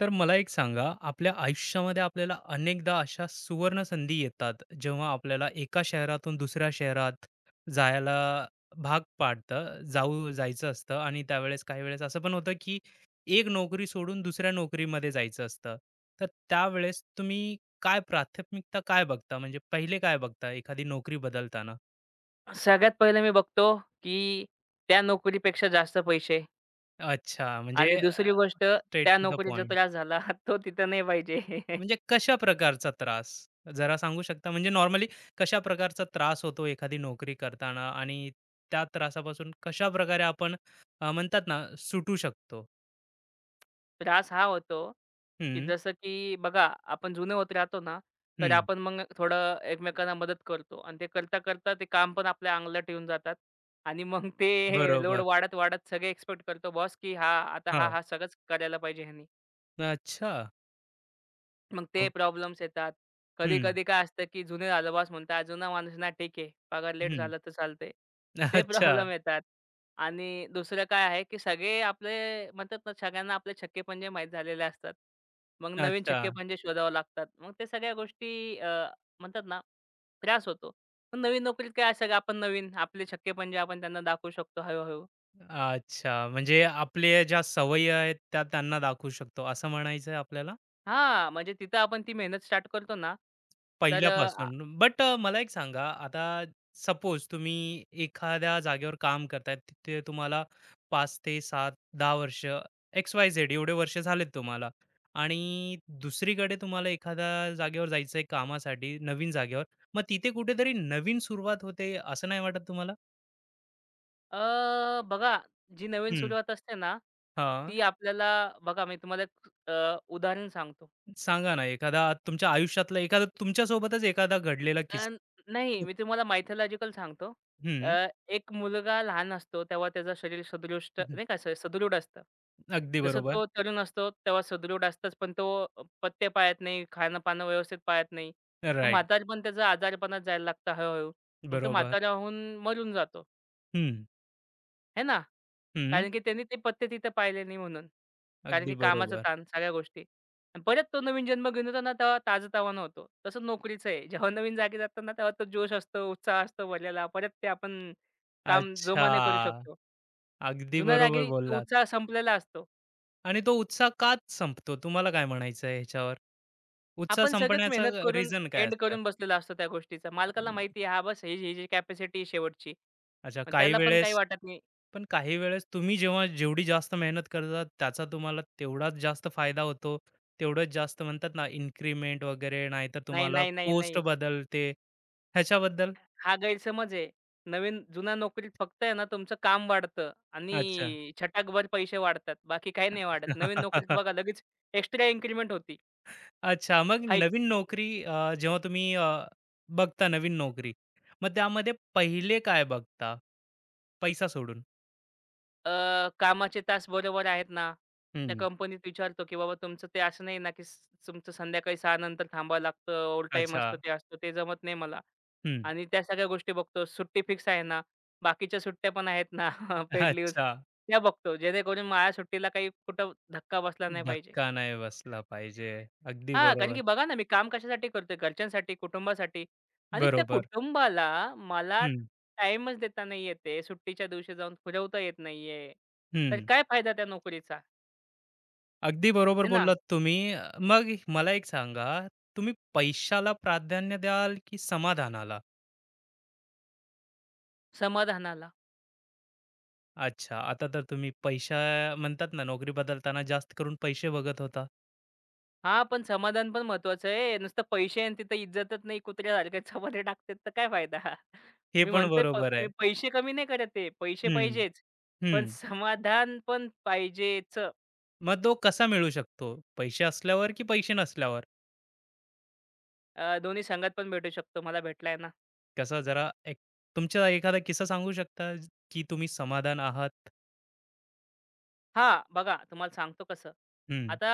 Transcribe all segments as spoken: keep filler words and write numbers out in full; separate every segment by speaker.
Speaker 1: तर मला एक सांगा, आपल्या आयुष्यामध्ये आपल्याला अनेकदा अशा सुवर्ण संधी येतात, जेव्हा आपल्याला एका शहरातून दुसऱ्या शहरात जायला भाग पाडतं, जाऊ जायचं असतं आणि त्यावेळेस काही वेळेस असं पण होतं, की एक नोकरी सोडून दुसऱ्या नोकरीमध्ये जायचं असतं. तर त्यावेळेस तुम्ही काय प्राथमिकता काय बघता? म्हणजे पहिले काय बघता एखादी नोकरी बदलताना?
Speaker 2: सगळ्यात पहिलं मी बघतो, की त्या नोकरीपेक्षा जास्त पैसे
Speaker 1: अच्छा, म्हणजे
Speaker 2: आणि दुसरी गोष्ट
Speaker 1: स्ट्रेट
Speaker 2: त्या
Speaker 1: टू द
Speaker 2: नोकरीचा
Speaker 1: पॉइंट.
Speaker 2: त्रास झाला तो तिथं नाही पाहिजे.
Speaker 1: म्हणजे कशा प्रकारचा त्रास? जरा सांगू शकता? म्हणजे नॉर्मली कशा प्रकारचा त्रास होतो एखादी नोकरी करताना आणि त्या त्रासापासून कशाप्रकारे आपण अ, म्हणतात ना, सुटू शकतो?
Speaker 2: त्रास हा होतो, की
Speaker 1: हं,
Speaker 2: जसं की बघा आपण जुने होत राहतो ना, तर
Speaker 1: हं.
Speaker 2: आपण मग थोडं एकमेकांना मदत करतो आणि ते करता-करता ते काम पण आपल्या अंगलट येऊन जातात आणि मग ते लोड
Speaker 1: बरोबर.
Speaker 2: वाढत-वाढत सगळे एक्स्पेक्ट करतो बॉस, की हा आता हा,
Speaker 1: हां.
Speaker 2: हा सगळंच करायला पाहिजे ह्यानी.
Speaker 1: अच्छा.
Speaker 2: मग
Speaker 1: हो.
Speaker 2: ते प्रॉब्लेम्स येतात.
Speaker 1: हं,
Speaker 2: कधी-कधी काय असतं, की जुने आजोबाच म्हणतात, "जुना माणूस ना, ठीक आहे. पगार लेट
Speaker 1: हं.
Speaker 2: झाला तर चालते ते
Speaker 1: अच्छा,
Speaker 2: प्रॉब्लेम येतात." आणि दुसरं काय आहे, की सगळे आपले म्हणतात ना, सगळ्यांना आपले छक्के-पंजे माहीत झालेले असतात. मग नवीन
Speaker 1: अच्छा,
Speaker 2: छक्के-पंजे शोधावे लागतात. मग ते सगळ्या गोष्टी अ, म्हणतात ना, त्रास होतो. पण नवीन नोकरीत काय सगळं आपण नवीन, आपले छक्के-पंजे आपण त्यांना दाखवू शकतो हळू-हळू.
Speaker 1: अच्छा. म्हणजे आपल्या ज्या सवयी आहेत त्या त्यांना दाखवू शकतो, असं म्हणायचंय आपल्याला?
Speaker 2: हा म्हणजे तिथं आपण ती मेहनत स्टार्ट करतो ना, तर
Speaker 1: पहिल्यापासून. बट अ, मला एक सांगा, आता सपोज तुम्ही एखाद्या जागेवर काम करताय, तिथे तुम्हाला पाच ते सात, दहा वर्ष एक्स-वाय-झेड एवढे वर्ष झालेत तुम्हाला आणि दुसरीकडे तुम्हाला एखाद्या जागेवर जायचंय कामासाठी, नवीन जागेवर. मग तिथे कुठेतरी नवीन सुरुवात होते, असं नाही वाटत तुम्हाला?
Speaker 2: अ, बघा, जी नवीन
Speaker 1: हं.
Speaker 2: सुरुवात असते ना,
Speaker 1: हां.
Speaker 2: ती आपल्याला बघा मी तुम्हाला एक अ, उदाहरण सांगतो.
Speaker 1: सांगा ना एखादा तुमच्या आयुष्यातला एखादा तुमच्यासोबतच एखादा घडलेला
Speaker 2: अ,
Speaker 1: किस्सा?
Speaker 2: नाही मी तुम्हाला मायथॉलॉजिकल सांगतो.
Speaker 1: हं.
Speaker 2: अ, एक मुलगा लहान असतो तेव्हा त्याचं शरीर सदृष्ट
Speaker 1: हं.
Speaker 2: नाही का स सदृढ असतं.
Speaker 1: अगदी
Speaker 2: जसं
Speaker 1: बरोबर.
Speaker 2: तो तरुण असतो तेव्हा सदृढ असतोच, पण तो पथ्य पाळत नाही, खाणं-पाणं व्यवस्थित पाळत नाही. मग
Speaker 1: राइट.
Speaker 2: म्हातारपण त्याचा आजारपणात जायला लागतं हळू. मग तो
Speaker 1: बरोबर.
Speaker 2: म्हातारा होऊन मरून जातो.
Speaker 1: हं.
Speaker 2: आहे ना.
Speaker 1: हं.
Speaker 2: कारण की त्यांनी ते पत्ते तिथे पाहिले नाही म्हणून. कारण
Speaker 1: अगदी
Speaker 2: की कामाचा
Speaker 1: बरोबर.
Speaker 2: ताण, सगळ्या गोष्टी. आणि परत तो नवीन जन्म घेऊन येतो ना, तेव्हा ताजं होतो. तसं नोकरीचं आहे. जेव्हा नवीन जागी जातो ना, तेव्हा तो जोश असतो, उत्साह असतो भरलेला. परत ते आपण काम
Speaker 1: अच्छा.
Speaker 2: जोमाने करू शकतो.
Speaker 1: अगदी
Speaker 2: जुन्या
Speaker 1: बरोबर
Speaker 2: जागी तो
Speaker 1: बोललात.
Speaker 2: उत्साह संपलेला असतो.
Speaker 1: आणि तो उत्साह का संपतो? तुम्हाला काय म्हणायचं आहे ह्याच्यावर? उत्साह
Speaker 2: आपण सगळेच मेहनत
Speaker 1: संपण्याचं
Speaker 2: करून
Speaker 1: रिझन काय
Speaker 2: एंड
Speaker 1: असतं?
Speaker 2: करून बसलेला असतो त्या गोष्टीचा. मालकाला
Speaker 1: अं,
Speaker 2: माहिती आहे, हा बस ह्याची, ह्याची कॅपॅसिटी शेवटची.
Speaker 1: अच्छा
Speaker 2: पण
Speaker 1: काही
Speaker 2: त्याला पण काही
Speaker 1: वेळेस.
Speaker 2: वाटत नाही.
Speaker 1: पण काही वेळेस तुम्ही जेव्हा जेवढी जास्त मेहनत करता त्याचा तुम्हाला तेवढाच जास्त फायदा होतो. तेवढंच जास्त म्हणतात ना इन्क्रिमेंट वगैरे नाहीतर
Speaker 2: नाही,
Speaker 1: तुम्हाला
Speaker 2: नाही, नाही,
Speaker 1: पोस्ट
Speaker 2: नाही.
Speaker 1: बदलते. ह्याच्याबद्दल?
Speaker 2: हा गैरसमज आहे. नवीन जुन्या नोकरीत फक्त आहे ना तुमचं काम वाढतं
Speaker 1: अच्छा.
Speaker 2: आणि छटाकभर पैसे वाढतात. बाकी काही नाही वाढत. नवीन नोकरीत बघा लगेच एक्स्ट्रा इन्क्रिमेंट होती.
Speaker 1: अच्छा. मग
Speaker 2: हाईक.
Speaker 1: नवीन नोकरी अ, जेव्हा तुम्ही अ, बघता नवीन नोकरी, मग त्यामध्ये पहिले काय बघता? पैसा सोडून?
Speaker 2: कामाचे तास बरोबर आहेत ना? त्या
Speaker 1: हं.
Speaker 2: कंपनीत विचारतो, की बाबा तुमचं ते असं नाही ना, की स तुमचं संध्याकाळी सहा नंतर थांबावं लागतं. ओव्हरटाईम
Speaker 1: अच्छा.
Speaker 2: असतं, ते असतं. ते जमत नाही मला.
Speaker 1: हं.
Speaker 2: आणि त्या सगळ्या गोष्टी बघतो. सुट्टी फिक्स आहे ना? बाकीच्या सुट्ट्या पण आहेत ना पेड लीव्हज,
Speaker 1: अच्छा.
Speaker 2: त्या बघतो. जेणेकरून माझ्या सुट्टीला काही कुठं धक्का बसला नाही पाहिजे.
Speaker 1: धक्का नाही बसला पाहिजे. अगदी
Speaker 2: हां, कारण
Speaker 1: बरोबर.
Speaker 2: की बघा ना, मी काम कशासाठी करतोय? घरच्यांसाठी, कुटुंबासाठी. आणि त्या
Speaker 1: बरोबर.
Speaker 2: कुटुंबाला मला
Speaker 1: हं,
Speaker 2: टाईमच देता नाही येत आहे. सुट्टीच्या दिवशी जाऊन फिरवता येत नाहीये. तर
Speaker 1: हं.
Speaker 2: काय फायदा त्या नोकरीचा?
Speaker 1: अगदी बरोबर
Speaker 2: है ना?
Speaker 1: बोललात तुम्ही. अ, मग मला एक सांगा, तुम्ही पैशाला प्राधान्य द्याल की समाधानाला?
Speaker 2: समाधानाला.
Speaker 1: अच्छा. आता तर तुम्ही पैसा म्हणतात ना, नोकरी बदलताना जास्त करून पैसे बघत होता.
Speaker 2: हां, पण समाधान पण महत्वाचं आहे. नुसतं पैसे आणि तिथं इज्जतच नाही कुत्र्यासारखे चपात्या टाकतात तर काय फायदा?
Speaker 1: हे
Speaker 2: मी
Speaker 1: पण
Speaker 2: म्हणतोय प
Speaker 1: बरोबर
Speaker 2: मी
Speaker 1: आहे.
Speaker 2: पैसे कमी नाही करत आहे. पैसे
Speaker 1: हं.
Speaker 2: पाहिजेच. पण
Speaker 1: हं.
Speaker 2: समाधान पण पाहिजेच.
Speaker 1: मग तो कसा मिळू शकतो? पैसे असल्यावर की पैसे नसल्यावर?
Speaker 2: अ, दोन्ही संघात पण भेटू शकतो. मला भेटलाय ना.
Speaker 1: कसं जरा एक तुमचा एखादा किस्सा सांगू शकता ज- की तुम्ही समाधान आहात?
Speaker 2: हां, बघा तुम्हाला सांगतो कसं.
Speaker 1: हं,
Speaker 2: आता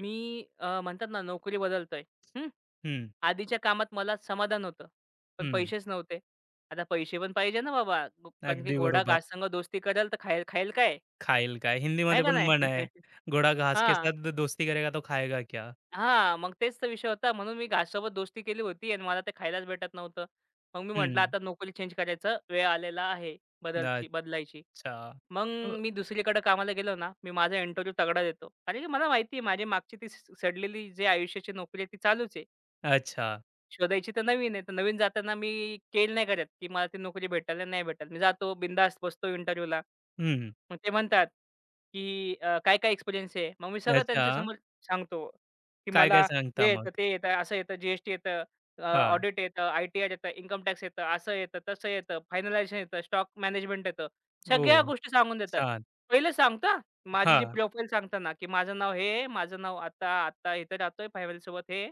Speaker 2: मी अ, म्हणतात ना नोकरी बदलतोय. हं.
Speaker 1: हं,
Speaker 2: आधीच्या कामात मला समाधान होतं. पण
Speaker 1: हं.
Speaker 2: पैसेच नव्हते. आता पैसे पण पाहिजे ना बाबा. गो- कारण की
Speaker 1: अगदी
Speaker 2: घोडा
Speaker 1: बरोबर.
Speaker 2: घासंग दोस्ती करेल तर खाय खाईल काय?
Speaker 1: खाईल काय?
Speaker 2: आहे
Speaker 1: हिंदीमध्ये
Speaker 2: का
Speaker 1: पण
Speaker 2: नाही?
Speaker 1: म्हण आहे. "घोडा घास के
Speaker 2: हां,
Speaker 1: साथ दोस्ती करेगा तो खाएगा क्या?"
Speaker 2: हां. मग तेच तर विषय होता. म्हणून मी घाससोबत दोस्ती केली होती आणि मला ते खायलाच भेटत नव्हतं. मग मी म्हटलं
Speaker 1: हं.
Speaker 2: आता नोकरी चेंज करायचं वेळ आलेला आहे, बदलची बदलायची.
Speaker 1: अच्छा.
Speaker 2: मग
Speaker 1: अ,
Speaker 2: मी दुसरीकडे कामाला गेलो ना, मी माझा इंटरव्ह्यू तगडा देतो. कारण की मला माहिती आहे माझी मागची ती स सडलेली जे आयुष्याची नोकरी आहे ती चालूच आहे.
Speaker 1: अच्छा.
Speaker 2: शोधायची तर नवीन आहे. तर नवीन जाताना मी केल नाही करत, की मला ती नोकरी भेटेल नाही भेटेल. मी जातो बिंदास बसतो इंटरव्ह्यूला.
Speaker 1: हं.
Speaker 2: मग ते म्हणतात, की अ, "काय-काय एक्सपिरियन्स आहे?" मग मी सगळं
Speaker 1: अच्छा.
Speaker 2: त्यांच्यासमोर सांगतो, की
Speaker 1: काय-काय
Speaker 2: मला
Speaker 1: सांगता
Speaker 2: हे
Speaker 1: मग?
Speaker 2: येतं, ते येतं, असं येतं, जी येतं,
Speaker 1: हां.
Speaker 2: ऑडिट येतं, आय-टी-आर येतं, इन्कम टॅक्स येतं, असं येतं, तसं येतं, फायनलायझेशन येतं, स्टॉक मॅनेजमेंट येतं. सगळ्या
Speaker 1: ओह!
Speaker 2: गोष्टी सांगून देतात.
Speaker 1: छान.
Speaker 2: पहिलं सांगता माझी जी
Speaker 1: हां,
Speaker 2: प्रोफाईल सांगताना, की माझं नाव हे आहे, माझं नाव आता, आता इथे राहतोय फॅमिलीसोबत हे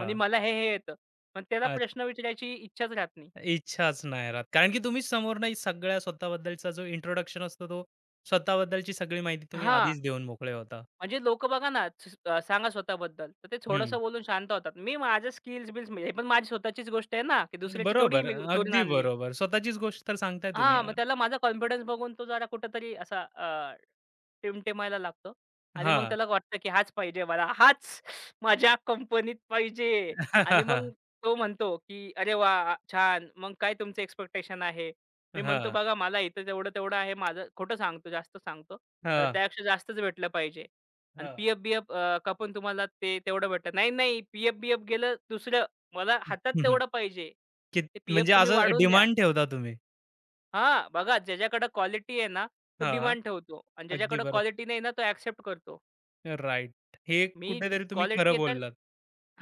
Speaker 2: आणि मला हे, हे येतं. पण त्याला प्रश्न विचारायची इच्छाच राहत नाही.
Speaker 1: इच्छाच नाही राहत. कारण की तुम्ही समोर नाही सगळ्या स्वतःबद्दलचा जो इंट्रोडक्शन असतो तो स्वतःबद्दलची सगळी माहिती तुम्ही
Speaker 2: हां,
Speaker 1: आधीच देऊन मोकळे होता.
Speaker 2: म्हणजे लोकं बघा ना, स अ, सांगा स्वतःबद्दल, तर ते
Speaker 1: हं.
Speaker 2: थोडंसं बोलून शांत होतात. मी माझ्या स्किल्स-बिल्स म्हणजे हे पण माझी स्वतःचीच गोष्ट आहे ना, की दुसऱ्याची थोडी
Speaker 1: बरोबर.
Speaker 2: मी चोरून
Speaker 1: अगदी
Speaker 2: आणली.
Speaker 1: बरोबर. स्वतःचीच गोष्ट तर सांगताय तुम्ही.
Speaker 2: हां, मग त्याला माझा कॉन्फिडन्स बघून तो जरा कुठेतरी असा अ, टिमटिमायला लागतो आणि मग
Speaker 1: हां.
Speaker 2: त्याला वाटतं, की हाच पाहिजे मला. हाच माझ्या कंपनीत पाहिजे. आणि मग तो म्हणतो, की "अरे वाह! छान. मग काय तुमचं एक्स्पेक्टेशन आहे?" मी म्हणतो,
Speaker 1: हां,
Speaker 2: "बघा मला इथं जेवढं-तेवढं आहे माझं." खोटं सांगतो, जास्त सांगतो. मला
Speaker 1: हां,
Speaker 2: त्यापेक्षा जास्तच भेटलं पाहिजे. आणि
Speaker 1: हां.
Speaker 2: पी-एफ-बी-एफ कापून तुम्हाला ते तेवढं भेटतं. "नाही, नाही. पी-एफ-बी-एफ गेलं दुसरं. मला हातात
Speaker 1: हं, हं.
Speaker 2: तेवढं पाहिजे.
Speaker 1: की
Speaker 2: ते पी-एफ
Speaker 1: म्हणजे
Speaker 2: तुम्ही
Speaker 1: असं
Speaker 2: वाढवून द्या."
Speaker 1: डिमांड ठेवता तुम्ही.
Speaker 2: हां, बघा ज्याच्याकडे क्वालिटी आहे ना, तो
Speaker 1: हां,
Speaker 2: डिमांड ठेवतो आणि
Speaker 1: अगदी
Speaker 2: ज्याच्याकडे
Speaker 1: बरोबर.
Speaker 2: क्वालिटी नाही ना, तो एक्सेप्ट करतो.
Speaker 1: राइट. हे
Speaker 2: मी
Speaker 1: कुठेतरी तुम्ही खरं
Speaker 2: क्वालिटी आहे तर
Speaker 1: बोललात.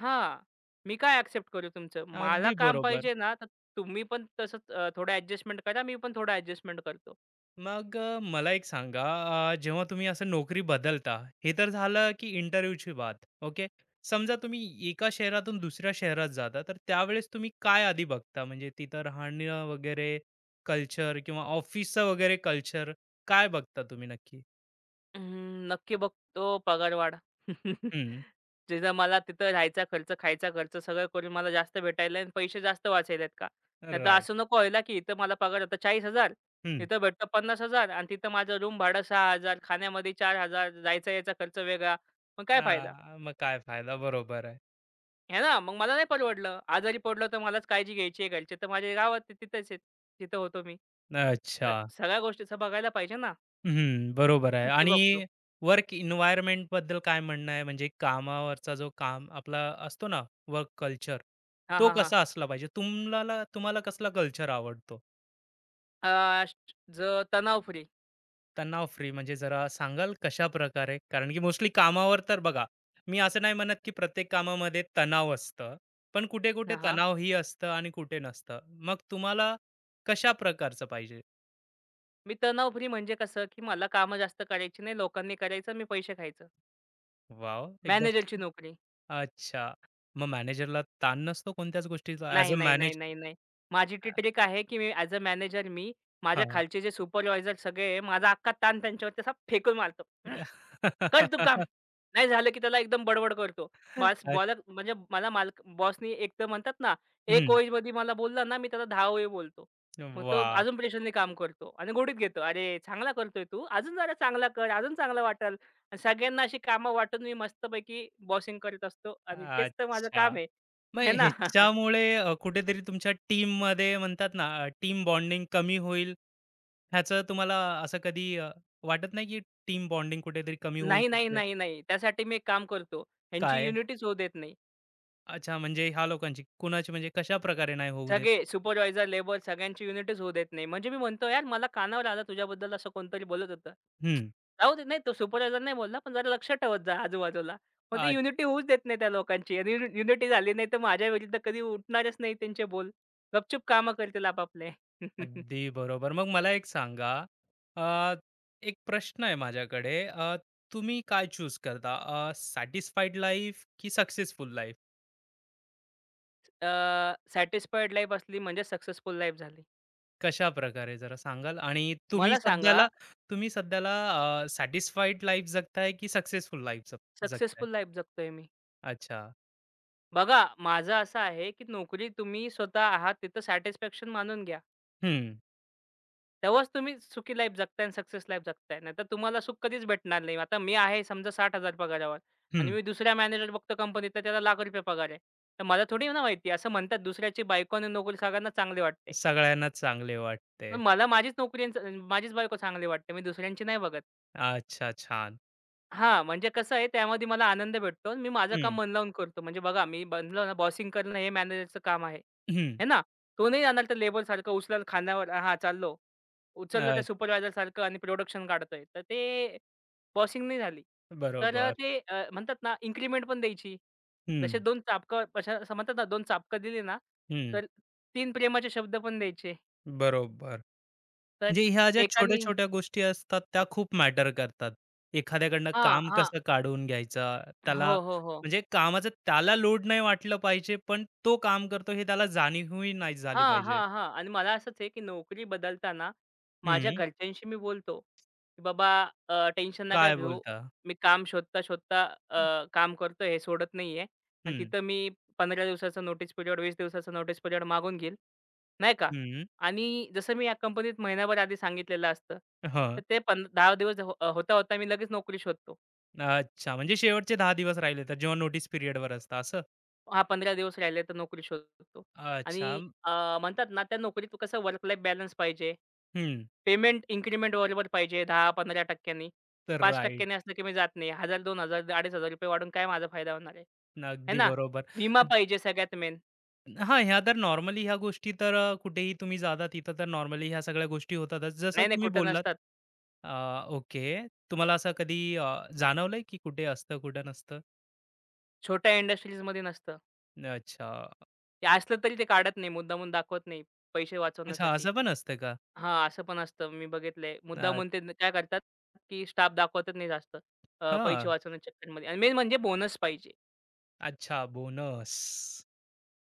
Speaker 2: हां, मी काय एक्सेप्ट करू तुमचं? मला
Speaker 1: अगदी
Speaker 2: काम
Speaker 1: बरोबर.
Speaker 2: पाहिजे ना, तर तुम्ही पण तसंच अ, थोडं ॲडजस्टमेंट करा, मी पण थोडं ॲडजस्टमेंट करतो.
Speaker 1: मग अ, मला एक सांगा अ, जेव्हा तुम्ही असं नोकरी बदलता, हे तर झालं की इंटरव्ह्यूची बात. ओके, समजा तुम्ही एका शहरातून दुसऱ्या शहरात जाता तर त्यावेळेस तुम्ही काय आधी बघता, म्हणजे तिथं राहणं वगैरे कल्चर किंवा ऑफिसचं वगैरे कल्चर, काय बघता तुम्ही नक्की.
Speaker 2: अं, नक्की बघतो पगारवाढ.
Speaker 1: हम्म.
Speaker 2: तिथं मला तिथं राहायचा खर्च, खायचा खर्च सगळं करून मला जास्त भेटायला आणि पैसे जास्त वाचायलेत का? नाहीतर
Speaker 1: राईट.
Speaker 2: असं नको व्हायला, की इथं मला पगार होता चाळीस हजार,
Speaker 1: हम्म.
Speaker 2: तिथं भेटतं पन्नास हजार आणि तिथं माझं रूम भाडं सहा हजार, खाण्यामध्ये चार हजार, जायचा यायचा खर्च वेगळा. मग काय
Speaker 1: आ,
Speaker 2: फायदा?
Speaker 1: मग काय फायदा, बरोबर आहे.
Speaker 2: आहे ना? मग मला नाही परवडलं. आजारी पडलो तर मलाच काळजी घ्यायची आहे. घरचे तर माझ्या गावात आहे तिथेच आहेत. जिथं होतो मी.
Speaker 1: अच्छा.
Speaker 2: तर सगळ्या गोष्टीचं बघायला पाहिजे ना.
Speaker 1: हं, बरोबर आहे.
Speaker 2: मी ते
Speaker 1: आणि
Speaker 2: बघतो.
Speaker 1: वर्क एन्व्हायर्नमेंट बद्दल काय म्हणणं आहे? म्हणजे कामावरचा जो काम आपला असतो ना, वर्क कल्चर,
Speaker 2: हां,
Speaker 1: तो
Speaker 2: हां, हां.
Speaker 1: कसा असला पाहिजे? तुम्हाला, तुम्हाला कसला कल्चर आवडतो?
Speaker 2: अ, ज तणाव फ्री.
Speaker 1: तणाव फ्री म्हणजे जरा सांगाल कशाप्रकारे? कारण की मोस्टली कामावर तर बघा, मी असं नाही म्हणत की प्रत्येक कामामध्ये तणाव असतं, पण कुठे-कुठे
Speaker 2: हां, हां.
Speaker 1: तणावही असतं आणि कुठे नसतं. मग तुम्हाला कशा प्रकारचं पाहिजे?
Speaker 2: मी तणाव फ्री म्हणजे कसं, की मला कामं जास्त करायची नाही, लोकांनी करायचं, मी पैसे खायचं.
Speaker 1: वॉव!
Speaker 2: मॅनेजरची
Speaker 1: एकदम.
Speaker 2: नोकरी.
Speaker 1: अच्छा. मग मॅनेजरला ताण नसतो कोणत्याच गोष्टीचा ॲज
Speaker 2: नाही,
Speaker 1: अ
Speaker 2: नाही, नाही,
Speaker 1: मॅनेज.
Speaker 2: नाही, नाही. माझी
Speaker 1: अ,
Speaker 2: ती ट्रिक आहे, की मी ॲज अ मॅनेजर मी माझ्या
Speaker 1: हां.
Speaker 2: खालचे जे सुपरवायझर सगळे आहे, माझा अख्खा ताण त्यांच्यावरती असा फेकून मारतो. "हं,
Speaker 1: अ, हं.
Speaker 2: कर तू काम."
Speaker 1: वाह!
Speaker 2: नाही झालं, की त्याला एकदम बडबड करतो. बॉस बॉलर म्हणजे मला मालक बॉसनी एक तर म्हणतात ना, एक ओळीमध्ये मला बोलला ना, मी त्याला दहा ओळी बोलतो. मग तो अजून प्रेशरने काम करतो आणि गोडीत घेतो. "अरे, चांगला करतोय तू. अजून जरा चांगला कर. अजून चांगलं वाटेल." आणि सगळ्यांना अशी कामं वाटून मी मस्तपैकी बॉसिंग करत असतो आणि तेच तर माझं
Speaker 1: अच्छा.
Speaker 2: काम आहे.
Speaker 1: मग
Speaker 2: आहे ना?
Speaker 1: ह्याच्यामुळे अ, कुठेतरी तुमच्या टीममध्ये म्हणतात ना, टीम बॉन्डिंग कमी होईल, ह्याचं तुम्हाला असं कधी अ, वाटत नाही, की टीम बॉन्डिंग कुठेतरी कमी होऊ
Speaker 2: नाही, नाही,
Speaker 1: शकते?
Speaker 2: नाही, नाही. त्यासाठी मी एक काम करतो. ह्यांची
Speaker 1: काय?
Speaker 2: युनिटीच होऊ देत नाही.
Speaker 1: अच्छा, म्हणजे ह्या लोकांची. कुणाची, म्हणजे कशाप्रकारे नाही होऊ देत?
Speaker 2: सगळे सुपरवायझर, लेबर सगळ्यांची युनिटीच होऊ देत नाही. म्हणजे मी म्हणतो, "यार मला कानावर आलं तुझ्याबद्दल असं कोणतरी बोलत होतं."
Speaker 1: हं.
Speaker 2: जाऊ देत नाही तो सुपरवायझर नाही बोलला, पण जरा लक्ष ठेवत जा आजूबाजूला. मग ते युनिटी होऊच देत नाही त्या लोकांची आणि युनिटी झाली नाही तर माझ्या विरुद्ध कधी उठणारच नाही त्यांचे बोल. गपचूप कामं करतील आपापले.
Speaker 1: अगदी बरोबर. मग मला एक सांगा, अ, एक प्रश्न आहे माझ्याकडे. अ, तुम्ही काय चूज करता? सॅटिस्फाईड लाईफ की सक्सेसफुल लाईफ?
Speaker 2: सॅटिस्फाईड लाईफ असली म्हणजे सक्सेसफुल लाईफ झाली.
Speaker 1: कशाप्रकारे जरा सांगाल? आणि तुम्ही
Speaker 2: मला सांगा,
Speaker 1: सध्याला, तुम्ही सध्याला सॅटिस्फाईड लाईफ जगताय की सक्सेसफुल लाईफ जगताय?
Speaker 2: सक्सेसफुल लाईफ जगतोय मी.
Speaker 1: अच्छा.
Speaker 2: बघा, माझं असं आहे, की नोकरी तुम्ही स्वतः आहात तिथं सॅटिस्फॅक्शन मानून घ्या.
Speaker 1: हं,
Speaker 2: तेव्हाच तुम्ही सुखी लाईफ जगताय आणि सक्सेस लाईफ जगताय. नाहीतर तुम्हाला सुख कधीच भेटणार नाही. आता मी आहे समजा साठ हजार पगारावर आणि
Speaker 1: हं.
Speaker 2: मी दुसऱ्या मॅनेजर बघतो कंपनीत तर त्याला एक लाख रुपये पगार आहे. तर मला थोडी ना माहिती असं म्हणतात दुसऱ्याची बायको आणि नोकरी सगळ्यांना चांगली वाटते.
Speaker 1: सगळ्यांनाच चांगले
Speaker 2: पण
Speaker 1: वाटते.
Speaker 2: मला माझीच नोकरी आणि च- माझीच बायको चांगली वाटते. मी दुसऱ्यांची नाही बघत.
Speaker 1: अच्छा, छान.
Speaker 2: हां, म्हणजे कसं आहे त्यामध्ये मला आनंद भेटतो. मी माझं काम
Speaker 1: हं,
Speaker 2: मन लावून करतो. म्हणजे बघा मी बनलो ना बॉसिंग करणं हे मॅनेजरचं काम आहे.
Speaker 1: हं.
Speaker 2: हे ना? तो नाही जाणार तर लेबरसारखं उचलाल खांद्यावर हां, चाललो. उचललं
Speaker 1: अ,
Speaker 2: त्या सुपरवायझरसारखं आणि प्रोडक्शन काढतोय. तर ते बॉसिंग नाही झाली. तर अ,
Speaker 1: बरोबर.
Speaker 2: ते अ, म्हणतात ना इन्क्रिमेंट पण द्यायची.
Speaker 1: हं,
Speaker 2: जसे दोन चाबकं कशा असं म्हणतात ना दोन चाबकं दिली ना,
Speaker 1: हं.
Speaker 2: तर तीन प्रेमाचे शब्द पण द्यायचे.
Speaker 1: बरोबर.
Speaker 2: तर
Speaker 1: म्हणजे ह्या ज्या
Speaker 2: एकानी
Speaker 1: छोट्या-छोट्या गोष्टी असतात त्या खूप मॅटर करतात. एखाद्याकडनं
Speaker 2: हां,
Speaker 1: काम
Speaker 2: हां.
Speaker 1: कसं काढून घ्यायचं, त्याला,
Speaker 2: हो, हो, हो.
Speaker 1: म्हणजे कामाचं त्याला लोड नाही वाटलं पाहिजे, पण तो काम करतो हे त्याला जाणीवही नाही झाली
Speaker 2: हां,
Speaker 1: पाहिजे.
Speaker 2: हां, हां. आणि मला असंच आहे, की नोकरी बदलताना माझ्या
Speaker 1: हं,
Speaker 2: घरच्यांशी मी बोलतो, की "बाबा अ, टेन्शन नका
Speaker 1: काय
Speaker 2: घेऊ.
Speaker 1: बोलता?
Speaker 2: मी काम शोधता-शोधता अ,
Speaker 1: हं,
Speaker 2: काम करतो हे सोडत नाहीये आणि
Speaker 1: हं.
Speaker 2: तिथं मी पंधरा दिवसाचा नोटीस पिरियड, वीस दिवसाचा नोटीस पिरियड मागून घेईल." नाही का? आणि जसं मी या कंपनीत महिनाभर आधी सांगितलेलं असतं,
Speaker 1: हं.
Speaker 2: तर ते पं दहा दिवस हो होता-होता मी लगेच नोकरी शोधतो.
Speaker 1: अच्छा, म्हणजे शेवटचे दहा दिवस राहिले तर जेव्हा नोटीस पिरियडवर असतं असं?
Speaker 2: हां, पंधरा दिवस राहिले तर नोकरी शोधतो.
Speaker 1: अच्छा.
Speaker 2: आणि अ, म्हणतात ना, त्या नोकरीत कसं वर्क लाईफ बॅलन्स पाहिजे.
Speaker 1: हं,
Speaker 2: पेमेंट इन्क्रिमेंट बरोबर पाहिजे दहा-पंधरा टक्के नी.
Speaker 1: तर
Speaker 2: पाच टक्के
Speaker 1: राइट.
Speaker 2: नी असलं की मी जात नाही. एक हजार, दोन हजार, ₹अडीच हजार वाढून काय माझा फायदा होणार आहे? आहे
Speaker 1: अगदी
Speaker 2: ना?
Speaker 1: बरोबर.
Speaker 2: विमा पाहिजे सगळ्यात मेन.
Speaker 1: हां, ह्या तर नॉर्मली ह्या गोष्टी तर अ, कुठेही तुम्ही जाता तिथं तर नॉर्मली ह्या सगळ्या गोष्टी होतातच. जसं
Speaker 2: नाही, नाही
Speaker 1: तुम्ही
Speaker 2: कुठं
Speaker 1: बोललात.
Speaker 2: नसतात.
Speaker 1: अ, ओके. तुम्हाला असं कधी अ, जाणवलंय की कुठे असतं, कुठे नसतं?
Speaker 2: छोट्या इंडस्ट्रीजमध्ये नसतं.
Speaker 1: अच्छा.
Speaker 2: ते असलं तरी ते काढत नाही. मुद्दामून दाखवत नाही पैसे
Speaker 1: अच्छा,
Speaker 2: वाचवण्यासाठी.
Speaker 1: असं पण असतं का?
Speaker 2: हां, असं पण असतं मी बघितलंय.
Speaker 1: अ,
Speaker 2: मुद्दामून ते न- काय करतात, की स्टाफ दाखवतच नाही जास्त. अ, पैसे
Speaker 1: हां.
Speaker 2: वाचवण्याच्या चक्करमध्ये आणि मेन म्हणजे बोनस पाहिजे.
Speaker 1: अच्छा बोनस.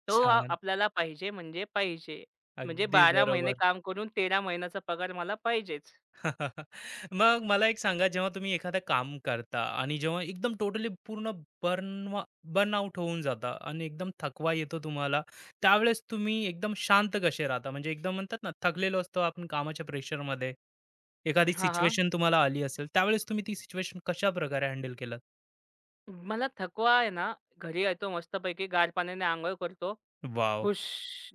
Speaker 2: तो आ
Speaker 1: छान.
Speaker 2: आपल्याला पाहिजे म्हणजे पाहिजे. म्हणजे
Speaker 1: अगदी
Speaker 2: बारा महिने
Speaker 1: बरोबर.
Speaker 2: काम करून तेरा महिन्याचा पगार मला पाहिजेच.
Speaker 1: मग मला एक सांगा जेव्हा तुम्ही एखादं काम करता आणि जेव्हा एकदम टोटली पूर्ण बर्न बर्नआउट होऊन जाता आणि एकदम थकवा येतो तुम्हाला, त्यावेळेस तुम्ही एकदम शांत कसे राहता, म्हणजे एकदम म्हणतात ना थकलेलो असतो आपण कामाच्या प्रेशरमध्ये, एखादी
Speaker 2: हां, हां.
Speaker 1: सिच्युएशन तुम्हाला आली असेल त्यावेळेस तुम्ही ती सिच्युएशन कशा प्रकारे हँडल केलं?
Speaker 2: मला थकवा आहे ना, घरी येतो मस्तपैकी गार पाण्याने अंघोळ करतो.
Speaker 1: वाव.
Speaker 2: हुश!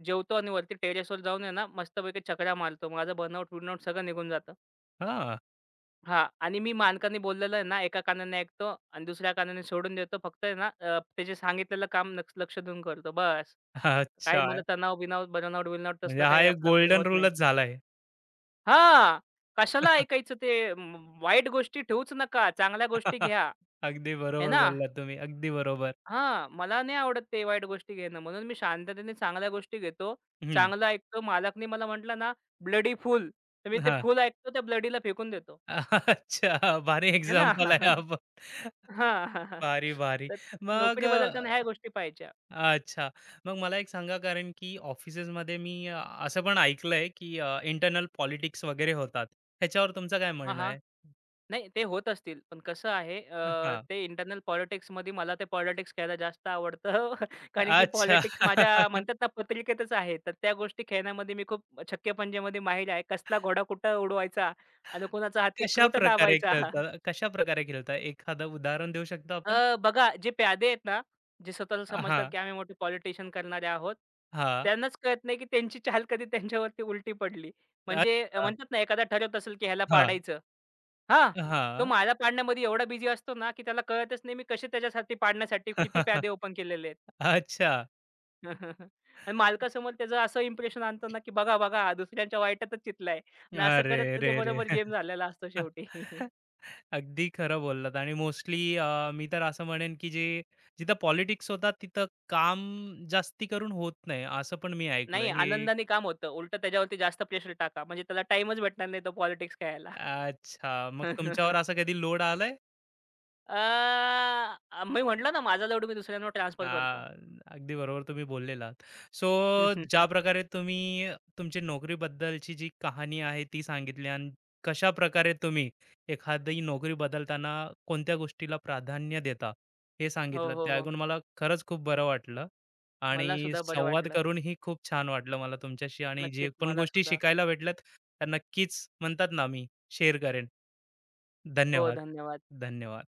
Speaker 2: जेवतो आणि वरती टेरेसवर जाऊन आहे ना, मस्तपैकी चकरा मारतो. माझा बर्नआउट-बिर्नआउट सगळं निघून जातं.
Speaker 1: हा.
Speaker 2: हां आणि मी मालकांनी बोललेलं आहे ना, एका कानाने ऐकतो आणि दुसऱ्या कानाने सोडून देतो. फक्त आहे ना, अ, त्याचे सांगितलेलं काम लक्ष लक्ष देऊन करतो. बस.
Speaker 1: अच्छा
Speaker 2: काही मला
Speaker 1: आहे.
Speaker 2: तणाव-बिणाव, बर्नआउट-बिर्नआउट
Speaker 1: म्हणजे
Speaker 2: तसलं
Speaker 1: हा
Speaker 2: काही
Speaker 1: एक
Speaker 2: आपल्याकडे
Speaker 1: गोल्डन
Speaker 2: होत नाही.
Speaker 1: रूलच झालाय.
Speaker 2: हां. कशाला ऐकायचं ते म वाईट गोष्टी ठेवूच नका. चांगल्या गोष्टी घ्या. आहे
Speaker 1: अगदी बरोबर
Speaker 2: ना?
Speaker 1: बोललात तुम्ही, अगदी बरोबर.
Speaker 2: हां. मला नाही आवडत ते वाईट गोष्टी घेणं. म्हणून मी शांततेने चांगल्या गोष्टी घेतो.
Speaker 1: हम्म.
Speaker 2: चांगलं ऐकतो. मालकनी मला म्हटलं ना, "ब्लडी फूल." तर मी ते
Speaker 1: हा.
Speaker 2: फूल ऐकतो, त्या ब्लडीला फेकून देतो.
Speaker 1: अच्छा, भारी
Speaker 2: आहे ना?
Speaker 1: एक्झाम्पल आहे आप। पण.
Speaker 2: हां.
Speaker 1: भारी, भारी.
Speaker 2: तर
Speaker 1: मग
Speaker 2: नोकरी बदलताना ह्या
Speaker 1: अ,
Speaker 2: गोष्टी पाहायच्या.
Speaker 1: अच्छा. मग मला एक सांगा कारण की ऑफिसेसमध्ये मी अ, असं पण ऐकलंय की इंटरनल पॉलिटिक्स वगैरे होतात. ह्याच्यावर तुमचं काय
Speaker 2: हां,
Speaker 1: म्हणणं
Speaker 2: हां.
Speaker 1: आहे?
Speaker 2: नाही ते होत असतील. पण कसं आहे अ,
Speaker 1: हां.
Speaker 2: ते इंटरनल पॉलिटिक्समध्ये मला ते पॉलिटिक्स खेळायला जास्त आवडतं. कारण की
Speaker 1: अच्छा.
Speaker 2: पॉलिटिक्स माझ्या म्हणतात ना पत्रिकेतच आहे. तर त्या गोष्टी खेळण्यामध्ये मी खूप छक्के पंजेमध्ये माहिर आहे. कसला घोडा कुठं उडवायचा आणि कुणाचा हत्ती कुठं
Speaker 1: कशाप्रकारे
Speaker 2: दाबायचा.
Speaker 1: खेळता? कशाप्रकारे खेळता? एखादं उदाहरण देऊ शकता आपण?
Speaker 2: अ, बघा जे प्यादे आहेत ना, जे स्वतःला समजतात
Speaker 1: हां,
Speaker 2: की आम्ही मोठे पॉलिटिशियन करणारे आहोत.
Speaker 1: हां.
Speaker 2: त्यांनाच कळत नाही की त्यांची चाल कधी त्यांच्यावरती उलटी पडली.
Speaker 1: अच्छा.
Speaker 2: म्हणजे अ, म्हणतात ना एखादा ठरवत असेल की ह्याला
Speaker 1: हां,
Speaker 2: पाडायचं. हां, तो
Speaker 1: हां.
Speaker 2: मला पाडण्यामध्ये एवढा बिझी असतो ना, की त्याला कळतच नाही मी कसे त्याच्यासाठी पाडण्यासाठी किती प्यादे ओपन केलेले आहेत.
Speaker 1: अच्छा.
Speaker 2: आणि मालकासमोर त्याचं असं इम्प्रेशन आणतो ना, की बघा, बघा हा दुसऱ्यांच्या वाईटातच चितलाय आणि असं
Speaker 1: अरे
Speaker 2: करत
Speaker 1: रे
Speaker 2: त्याचा
Speaker 1: रे!
Speaker 2: बरोबर गेम झालेला असतो शेवटी.
Speaker 1: अगदी खरं बोललात. आणि मोस्टली मी तर असं म्हणेन की जे जिथं पॉलिटिक्स होतात तिथं काम जास्ती करून होत नाही, असं पण मी
Speaker 2: नाही
Speaker 1: ऐकलंय हे.
Speaker 2: आनंदाने काम होतं. उलटं त्याच्यावरती जास्त प्रेशर टाका. म्हणजे त्याला टाईमच भेटणार नाही तो पॉलिटिक्स खेळायला.
Speaker 1: अच्छा, मग तुमच्यावर असं कधी लोड आलाय?
Speaker 2: अ, मी म्हटलं ना माझा लोड मी दुसऱ्यांवर ट्रान्सफर करतो.
Speaker 1: हां, अगदी बरोबर तुम्ही बोललेलात. सो ज्या प्रकारे तुम्ही तुमची नोकरीबद्दलची जी कहाणी आहे ती सांगितली आणि कशाप्रकारे तुम्ही एखादी नोकरी बदलताना कोणत्या गोष्टीला प्राधान्य देता हे
Speaker 2: हो,
Speaker 1: सांगितलं,
Speaker 2: हो,
Speaker 1: ते
Speaker 2: हो.
Speaker 1: ऐकून मला खरंच खूप बरं वाटलं
Speaker 2: मला
Speaker 1: आणि
Speaker 2: सुद्धा बरं
Speaker 1: संवाद
Speaker 2: वाटलं.
Speaker 1: करूनही खूप छान वाटलं मला तुमच्याशी आणि जे
Speaker 2: नक्कीच
Speaker 1: पण
Speaker 2: मला
Speaker 1: गोष्टी
Speaker 2: सुद्धा.
Speaker 1: शिकायला भेटल्यात त्या नक्कीच म्हणतात ना मी शेअर करेन.
Speaker 2: हो,
Speaker 1: धन्यवाद.
Speaker 2: धन्यवाद.
Speaker 1: धन्यवाद.